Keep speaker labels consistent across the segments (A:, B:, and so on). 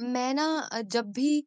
A: मैं ना जब भी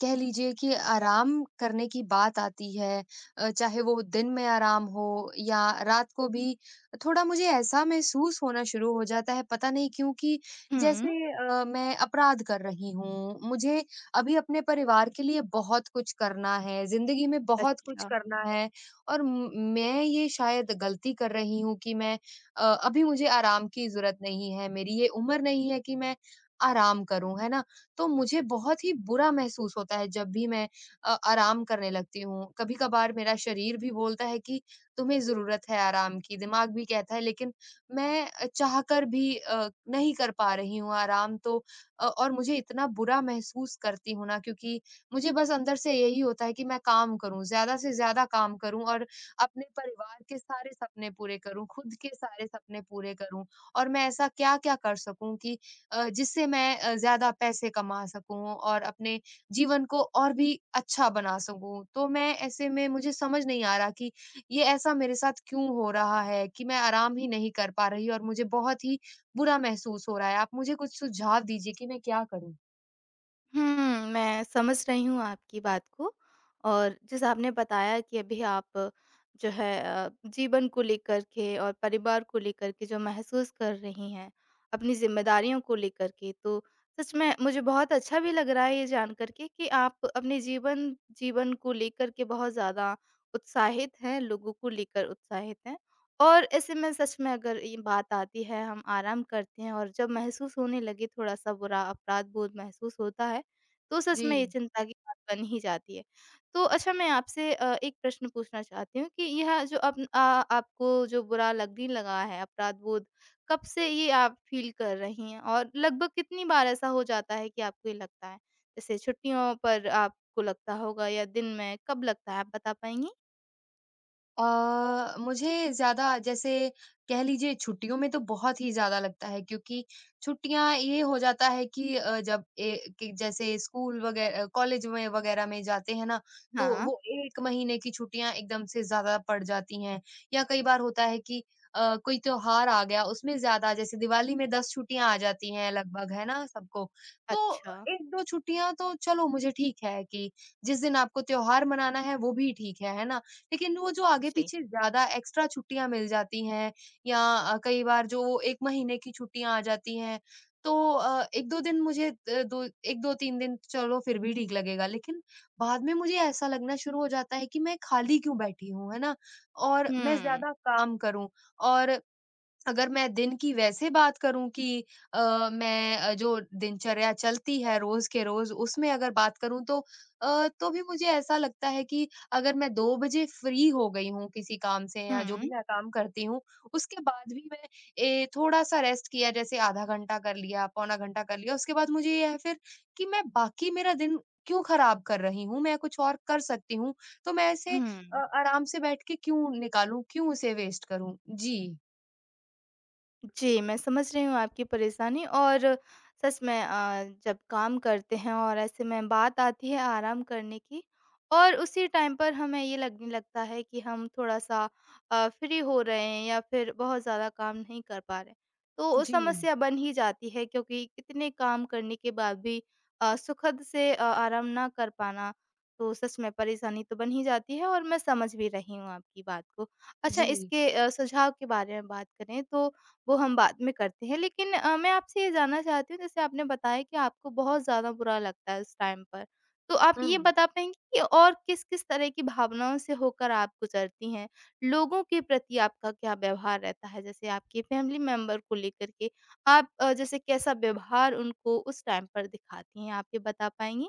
A: कह लीजिए कि आराम करने की बात आती है, चाहे वो दिन में आराम हो या रात को भी, थोड़ा मुझे ऐसा महसूस होना शुरू हो जाता है, पता नहीं क्यों कि जैसे
B: हुँ।
A: मैं अपराध कर रही हूँ। मुझे अभी अपने परिवार के लिए बहुत कुछ करना है, जिंदगी में बहुत कुछ
B: अच्छा।
A: करना है, और मैं ये शायद गलती कर रही हूँ कि मैं, अभी मुझे आराम की जरूरत नहीं है, मेरी ये उम्र नहीं है कि मैं आराम करूं, है ना। तो मुझे बहुत ही बुरा महसूस होता है जब भी मैं आराम करने लगती हूँ। कभी-कभार मेरा शरीर भी बोलता है कि तुम्हें ज़रूरत है आराम की, दिमाग भी कहता है, लेकिन मैं चाहकर भी नहीं कर पा रही हूँ आराम। तो और मुझे इतना बुरा महसूस करती हूँ ना, क्योंकि मुझे बस अंदर से यही होता है कि मैं काम करूँ, ज़्यादा से ज़्यादा काम करूँ और अपने परिवार के सारे सपने पूरे करूँ, खुद के सारे सपने पूरे करूँ, और मैं ऐसा क्या-क्या कर सकूँ कि जिससे मैं ज़्यादा पैसे कमा सकूँ और अपने जीवन को और भी अच्छा बना सकूँ। तो मैं ऐसे में मुझे समझ नहीं आ रहा कि ये ऐसा मेरे साथ क्यों हो रहा है कि मैं आराम ही नहीं कर पा रही और मुझे बहुत ही बुरा महसूस हो रहा है। आप मुझे कुछ सुझाव दीजिए कि मैं क्या करूँ?
B: मैं समझ रही हूँ आपकी बात को। और जैसा आपने बताया कि अभी आप जो है जीवन को लेकर के और परिवार को लेकर के जो महसूस कर रही हैं, अपनी ज़िम्मेदारियों को लेकर के, तो सच में मुझे बहुत अच्छा भी लग रहा है ये जान कर के कि आप अपने जीवन जीवन को लेकर के बहुत ज़्यादा उत्साहित हैं, लोगों को लेकर उत्साहित हैं। और ऐसे में सच में अगर ये बात आती है, हम आराम करते हैं और जब महसूस होने लगे थोड़ा-सा बुरा, अपराध बोध महसूस होता है, तो सच में ये
A: जी।
B: चिंता की बात बन ही जाती है। तो अच्छा, मैं आपसे एक प्रश्न पूछना चाहती हूँ कि यह आपको जो बुरा लगने लगा है अपराध-बोध, कब से ये आप फ़ील कर रही हैं? और लगभग कितनी बार ऐसा हो जाता है कि आपको ये लगता है? जैसे छुट्टियों पर आपको लगता होगा या दिन में, कब लगता है आप बता पाएँगी?
A: मुझे ज़्यादा, जैसे कह लीजिए, छुट्टियों में तो बहुत ही ज़्यादा लगता है, क्योंकि छुट्टियाँ ये हो जाता है कि कि जैसे स्कूल वगैरह कॉलेज में वगैरह में जाते हैं ना, तो
B: हाँ।
A: वो एक महीने की छुट्टियाँ एकदम से ज़्यादा पड़ जाती हैं, या कई बार होता है कि कोई त्योहार आ गया, उसमें ज्यादा, जैसे दिवाली में दस छुट्टियां आ जाती हैं लगभग, है ना सबको। तो
B: अच्छा।
A: एक दो छुट्टियां तो चलो मुझे ठीक है कि जिस दिन आपको त्योहार मनाना है वो भी ठीक है ना। लेकिन वो जो
B: जी।
A: आगे-पीछे ज़्यादा एक्स्ट्रा छुट्टियाँ मिल जाती हैं, या कई बार जो 1 महीने की छुट्टियाँ आ जाती हैं, तो 1-2 दिन मुझे, अ, दो 1-2-3 दिन चलो फिर भी ठीक लगेगा, लेकिन बाद में मुझे ऐसा लगना शुरू हो जाता है कि मैं खाली क्यों बैठी हूँ, है ना, और मैं
B: हुँ।
A: ज़्यादा काम करूँ। और अगर मैं दिन की वैसे बात करूँ, कि मैं जो दिनचर्या चलती है रोज़ के रोज़, उसमें अगर बात करूँ, तो तो भी मुझे ऐसा लगता है कि अगर मैं 2 बजे फ्री हो गई हूँ किसी काम से या जो
B: हुँ।
A: भी मैं काम करती हूँ, उसके बाद भी मैं थोड़ा-सा रेस्ट किया, जैसे आधा घंटा कर लिया, पौना घंटा कर लिया, उसके बाद मुझे ये है फिर कि मैं बाकी मेरा दिन क्यों खराब कर रही हूँ? मैं कुछ और कर सकती हूँ, तो मैं ऐसे
B: हुँ।
A: आराम से बैठ के क्यों निकालूँ? क्यों उसे वेस्ट करूँ? जी।
B: जी, मैं समझ रही हूँ आपकी परेशानी। और सच में जब काम करते हैं और ऐसे में बात आती है आराम करने की, और उसी टाइम पर हमें ये लगने लगता है कि हम थोड़ा-सा फ्री हो रहे हैं या फिर बहुत ज़्यादा काम नहीं कर पा रहे। तो वो
A: जी।
B: समस्या बन ही जाती है, क्योंकि इतने काम करने के बाद भी सुखद से आराम ना कर पाना, तो सच में परेशानी तो बन ही जाती है, और मैं समझ भी रही हूँ आपकी बात को। अच्छा,
A: जी।
B: इसके सुझाव के बारे में बात करें तो वो हम बाद में करते हैं। लेकिन मैं आपसे ये जानना चाहती हूँ, जैसे आपने बताया कि आपको बहुत ज़्यादा बुरा लगता है उस टाइम पर। तो आप ये
A: हुँ।
B: बता पाएँगी कि और किस-किस तरह की भावनाओं से होकर आप गुज़रती हैं? लोगों के प्रति आपका क्या व्यवहार रहता है? जैसे आपके फैमिली मेंबर को लेकर के आप जैसे कैसा व्यवहार उनको उस टाइम पर दिखाती हैं? आप ये बता पाएँगी?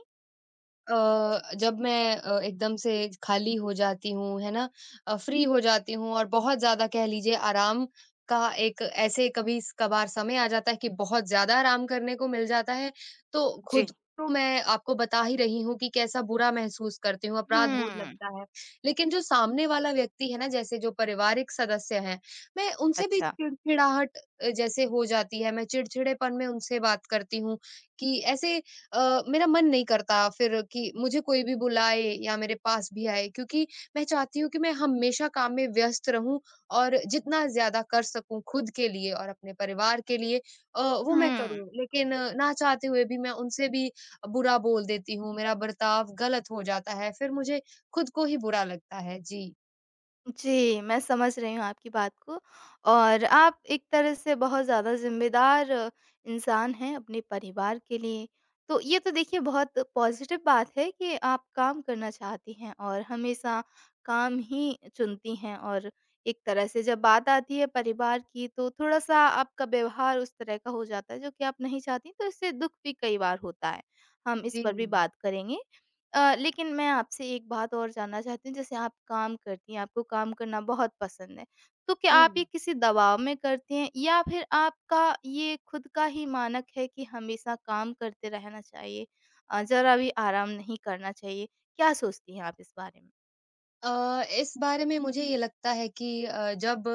A: जब मैं एकदम से खाली हो जाती हूँ, है ना? फ्री हो जाती हूँ और बहुत ज़्यादा, कह लीजिए, आराम का एक ऐसे कभी-कभार समय आ जाता है कि बहुत ज़्यादा आराम करने को मिल जाता है, तो
B: जी।
A: खुद को मैं आपको बता ही रही हूँ कि कैसा बुरा महसूस करती हूँ, अपराध-बोध
B: हुँ।
A: लगता है। लेकिन जो सामने वाला व्यक्ति है ना, जैसे जो पारिवारिक सदस्य हैं, मैं उनसे भी
B: अच्छा।
A: चिड़चिड़ाहट जैसे हो जाती है। मैं चिड़चिड़ेपन में उनसे बात करती हूँ कि ऐसे मेरा मन नहीं करता फिर कि मुझे कोई भी बुलाए या मेरे पास भी आए, क्योंकि मैं चाहती हूँ कि मैं हमेशा काम में व्यस्त रहूं और जितना ज्यादा कर सकूं खुद के लिए और अपने परिवार के लिए वो मैं
B: हुँ।
A: करूं, लेकिन ना चाहते हुए भी मैं उनसे भी बुरा बोल देती हूँ, मेरा बर्ताव गलत हो जाता है, फिर मुझे खुद को ही बुरा लगता है। जी।
B: जी, मैं समझ रही हूँ आपकी बात को। और आप एक तरह से बहुत ज़्यादा ज़िम्मेदार इंसान हैं अपने परिवार के लिए। तो ये तो देखिए बहुत पॉज़िटिव बात है कि आप काम करना चाहती हैं और हमेशा काम ही चुनती हैं। और एक तरह से जब बात आती है परिवार की, तो थोड़ा-सा आपका व्यवहार उस तरह का हो जाता है जो कि आप नहीं चाहती, तो इससे दुःख भी कई बार होता है। हम इस
A: जी।
B: पर भी बात करेंगे। लेकिन मैं आपसे एक बात और जानना चाहती हूँ, जैसे आप काम करती हैं, आपको काम करना बहुत पसंद है, तो क्या आप ये
A: हम्म।
B: किसी दबाव में करती हैं या फिर आपका ये खुद का ही मानक है कि हमेशा काम करते रहना चाहिए, ज़रा भी आराम नहीं करना चाहिए? क्या सोचती हैं आप इस बारे में?
A: इस बारे में मुझे ये लगता है कि अ, जब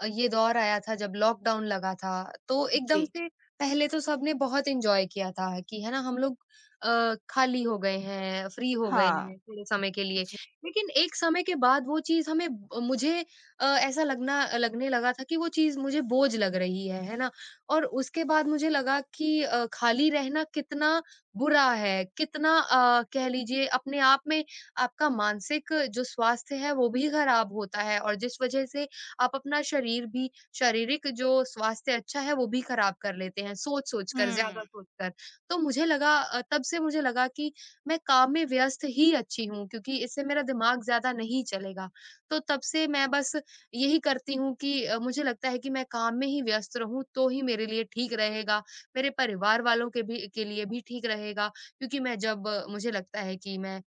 A: अ, ये दौर आया था, जब लॉकडाउन लगा था, तो एकदम
B: जी।
A: से पहले तो सबने बहुत एन्जॉय किया था कि है ना, हम लोग खाली हो गए हैं, फ्री हो गए
B: हाँ।
A: हैं थोड़े समय के लिए।
B: जी।
A: लेकिन एक समय के बाद वो चीज़ हमें ब मुझे ऐसा लगना लगने लगा था कि वो चीज़ मुझे बोझ लग रही है ना। और उसके बाद मुझे लगा कि खाली रहना कितना बुरा है, कितना कह लीजिए, अपने आप में आपका मानसिक जो स्वास्थ्य है वो भी खराब होता है और जिस वजह से आप अपना शरीर भी, शारीरिक जो स्वास्थ्य अच्छा है वो भी खराब कर लेते हैं, सोच सोच कर,
B: हुँ।
A: ज्यादा सोच कर। तो मुझे लगा, तब से मुझे लगा कि मैं काम में व्यस्त ही अच्छी हूँ, क्योंकि इससे मेरा दिमाग ज्यादा नहीं चलेगा। तो तब से मैं बस यही करती हूँ कि मुझे लगता है कि मैं काम में ही व्यस्त रहूं तो ही मेरे लिए ठीक रहेगा, मेरे परिवार वालों के भी के लिए भी ठीक रहेगा, क्योंकि मैं जब मुझे लगता है कि मैं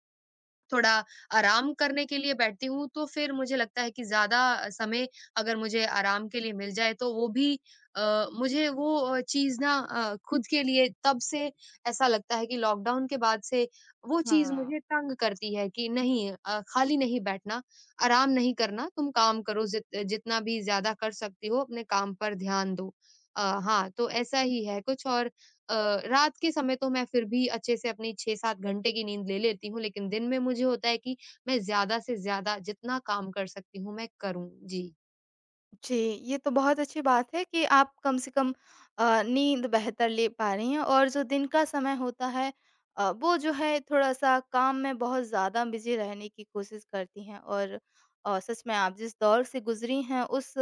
A: थोड़ा आराम करने के लिए बैठती हूँ, तो फिर मुझे लगता है कि ज़्यादा समय अगर मुझे आराम के लिए मिल जाए तो वो भी मुझे वो चीज़ ना, खुद के लिए तब से ऐसा लगता है कि लॉकडाउन के बाद से वो चीज़
B: हाँ।
A: मुझे तंग करती है कि नहीं, खाली नहीं बैठना, आराम नहीं करना, तुम काम करो जितना भी ज़्यादा कर सकती हो अपने काम पर ध्यान दो। हाँ, तो ऐसा ही है कुछ और। अ, रात के समय तो मैं फिर भी अच्छे से अपनी 6-7 घंटे की नींद ले लेती हूँ, लेकिन दिन में मुझे होता है कि मैं ज़्यादा से ज़्यादा जितना काम कर सकती हूँ, मैं करूँ। जी।
B: जी, ये तो बहुत अच्छी बात है कि आप कम से कम नींद बेहतर ले पा रही हैं, और जो दिन का समय होता है, वो जो है थोड़ा-सा काम में बहुत ज़्यादा बिज़ी रहने की कोशिश करती हैं। और सच में आप जिस दौर से गुज़री हैं, उस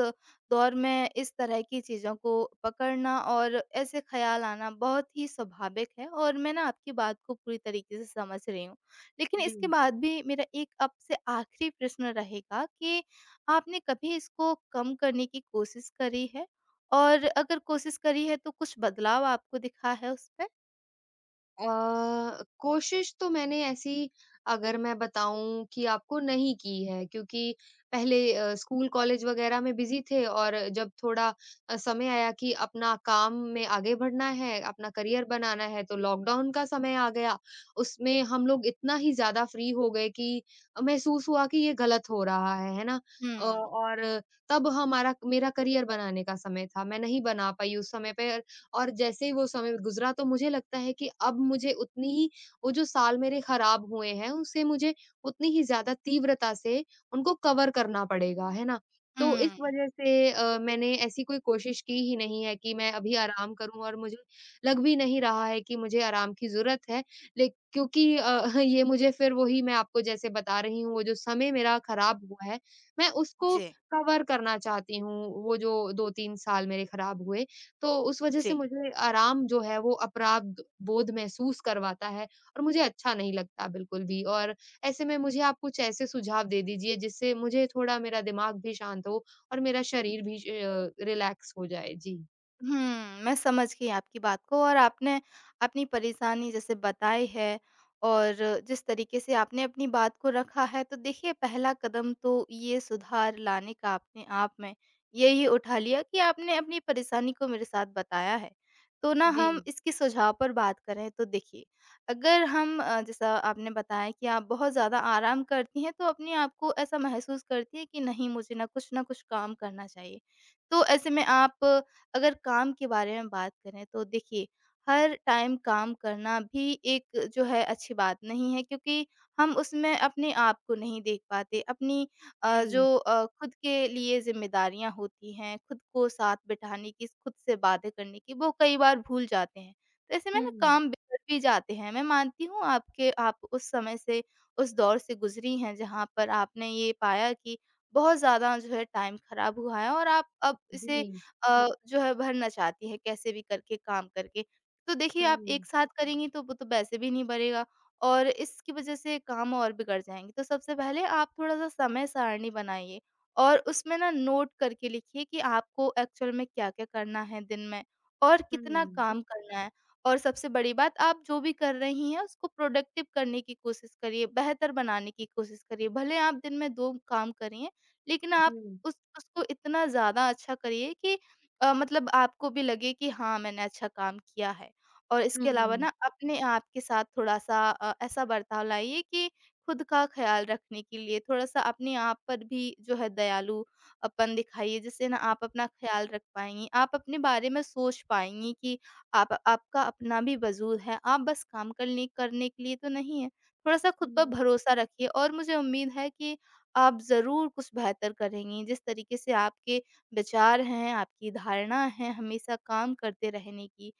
B: दौर में इस तरह की चीज़ों को पकड़ना और ऐसे ख़्याल आना बहुत ही स्वाभाविक है, और मैं ना आपकी बात को पूरी तरीके से समझ रही हूँ। लेकिन
A: जी।
B: इसके बाद भी मेरा एक आपसे आख़िरी प्रश्न रहेगा कि आपने कभी इसको कम करने की कोशिश करी है? और अगर कोशिश करी है, तो कुछ बदलाव आपको दिखा है उसमें?
A: कोशिश तो मैंने ऐसी, अगर मैं बताऊँ कि आपको, नहीं की है, क्योंकि पहले स्कूल कॉलेज वगैरह में बिज़ी थे और जब थोड़ा समय आया कि अपना काम में आगे बढ़ना है, अपना करियर बनाना है, तो लॉकडाउन का समय आ गया। उसमें हम लोग इतना ही ज़्यादा फ्री हो गए कि महसूस हुआ कि ये गलत हो रहा है ना।
B: हुँ,
A: और तब हमारा मेरा करियर बनाने का समय था, मैं नहीं बना पाई उस समय पे। और जैसे ही वो समय गुज़रा तो मुझे लगता है कि अब मुझे उतनी ही, वो जो साल मेरे खराब हुए हैं, उसे मुझे उतनी ही ज़्यादा तीव्रता से उनको कवर करना पड़ेगा, है ना। तो इस
B: हुँ।
A: वज़ह से मैंने ऐसी कोई कोशिश की ही नहीं है कि मैं अभी आराम करूँ, और मुझे लग भी नहीं रहा है कि मुझे आराम की ज़रूरत है। ले क्योंकि ये मुझे फिर वही मैं आपको जैसे बता रही हूँ, वो जो समय मेरा खराब हुआ है, मैं उसको
B: जी,
A: कवर करना चाहती हूँ, वो जो 2-3 साल मेरे खराब हुए। तो उस वजह से
B: जी।
A: मुझे आराम जो है वो अपराध बोध महसूस करवाता है और मुझे अच्छा नहीं लगता बिल्कुल भी, और ऐसे में मुझे आप कुछ ऐसे सुझाव दे दीजिए जिससे मुझे थोड़ा मेरा दिमाग भी शांत हो और मेरा शरीर भी रिलैक्स हो जाए। जी।
B: मैं समझ गई आपकी बात को। और आपने अपनी परेशानी जैसे बताई है और जिस तरीके से आपने अपनी बात को रखा है, तो देखिए पहला कदम तो ये सुधार लाने का अपने आप में यही उठा लिया कि आपने अपनी परेशानी को मेरे साथ बताया है। तो ना हम
A: जी,
B: इसके सुझाव पर बात करें, तो देखिए, अगर हम जैसा आपने बताया कि आप बहुत ज़्यादा आराम करती हैं, तो अपने आप को ऐसा महसूस करती हैं कि नहीं मुझे ना कुछ काम करना चाहिए। तो ऐसे में आप अगर काम के बारे में बात करें, तो देखिए, हर टाइम काम करना भी एक जो है अच्छी बात नहीं है, क्योंकि हम उसमें अपने आप को नहीं देख पाते, अपनी
A: जी।
B: जो खुद के लिए जिम्मेदारियां होती हैं, खुद को साथ बिठाने की, खुद से बातें करने की, वो कई बार भूल जाते हैं। तो ऐसे में ना
A: हुँ,
B: काम बिगड़ भी जाते हैं। मैं मानती हूँ आपके आप उस समय से, उस दौर से गुजरी हैं जहाँ पर आपने ये पाया कि बहुत ज्यादा जो है टाइम खराब हुआ है, और आप अब इसे
A: जी।
B: जो है भरना चाहती हैं, कैसे भी करके, काम करके। तो देखिए आप
A: हुँ,
B: एक साथ करेंगी तो वो तो वैसे भी नहीं भरेगा, और इसकी वज़ह से काम और बिगड़ जाएँगे। तो सबसे पहले आप थोड़ा-सा समय सारणी बनाइए, और उसमें ना नोट करके लिखिए कि आपको एक्चुअल में क्या-क्या करना है दिन में और कितना
A: हुँ,
B: काम करना है। और सबसे बड़ी बात, आप जो भी कर रही हैं उसको प्रोडक्टिव करने की कोशिश करिए, बेहतर बनाने की कोशिश करिए। भले आप दिन में दो काम करिए, लेकिन आप
A: जी।
B: उस उसको इतना ज़्यादा अच्छा करिए कि मतलब आपको भी लगे कि हाँ, मैंने अच्छा काम किया है। और इसके अलावा
A: हुँ,
B: ना अपने आप के साथ थोड़ा-सा ऐसा बर्ताव लाइए कि खुद का ख़्याल रखने के लिए थोड़ा-सा अपने आप पर भी जो है दयालूपन दिखाइए, जिससे ना आप अपना ख़्याल रख पाएँगी। आप अपने बारे में सोच पाएँगी कि आप आपका अपना भी वजूद है, आप बस काम करने करने के लिए तो नहीं है। थोड़ा-सा खुद पर
A: हुँ।
B: भरोसा रखिए, और मुझे उम्मीद है कि आप ज़रूर कुछ बेहतर करेंगी। जिस तरीके से आपके विचार हैं, आपकी धारणा है हमेशा काम करते रहने की,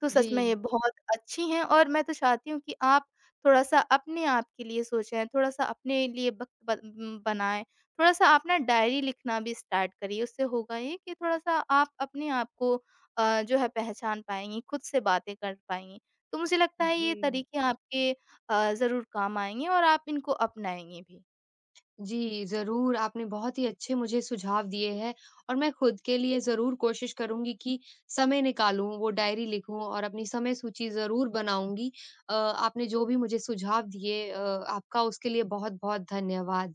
B: तो सच में ये
A: जी,
B: बहुत अच्छी हैं, और मैं तो चाहती हूँ कि आप थोड़ा-सा अपने आप के लिए सोचें, थोड़ा-सा अपने लिए वक़्त बनाएँ। थोड़ा-सा आप ना डायरी लिखना भी स्टार्ट करिए, उससे होगा ये कि थोड़ा-सा आप अपने आप को जो है पहचान पाएँगी, खुद से बातें कर पाएँगी। तो मुझे लगता है
A: जी।
B: ये तरीके आपके ज़रूर काम आएँगे, और आप इनको अपनाएँगी भी।
A: जी, ज़रूर, आपने बहुत ही अच्छे मुझे सुझाव दिए हैं, और मैं खुद के लिए ज़रूर कोशिश करूँगी कि समय निकालूँ, वो डायरी लिखूँ और अपनी समय सूची ज़रूर बनाऊँगी। आपने जो भी मुझे सुझाव दिए, आपका उसके लिए बहुत-बहुत धन्यवाद।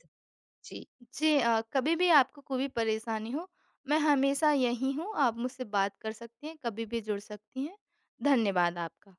A: जी।
B: जी, कभी भी आपको कोई भी परेशानी हो, मैं हमेशा यहीं हूँ, आप मुझसे बात कर सकती हैं, कभी भी जुड़ सकती हैं। धन्यवाद आपका।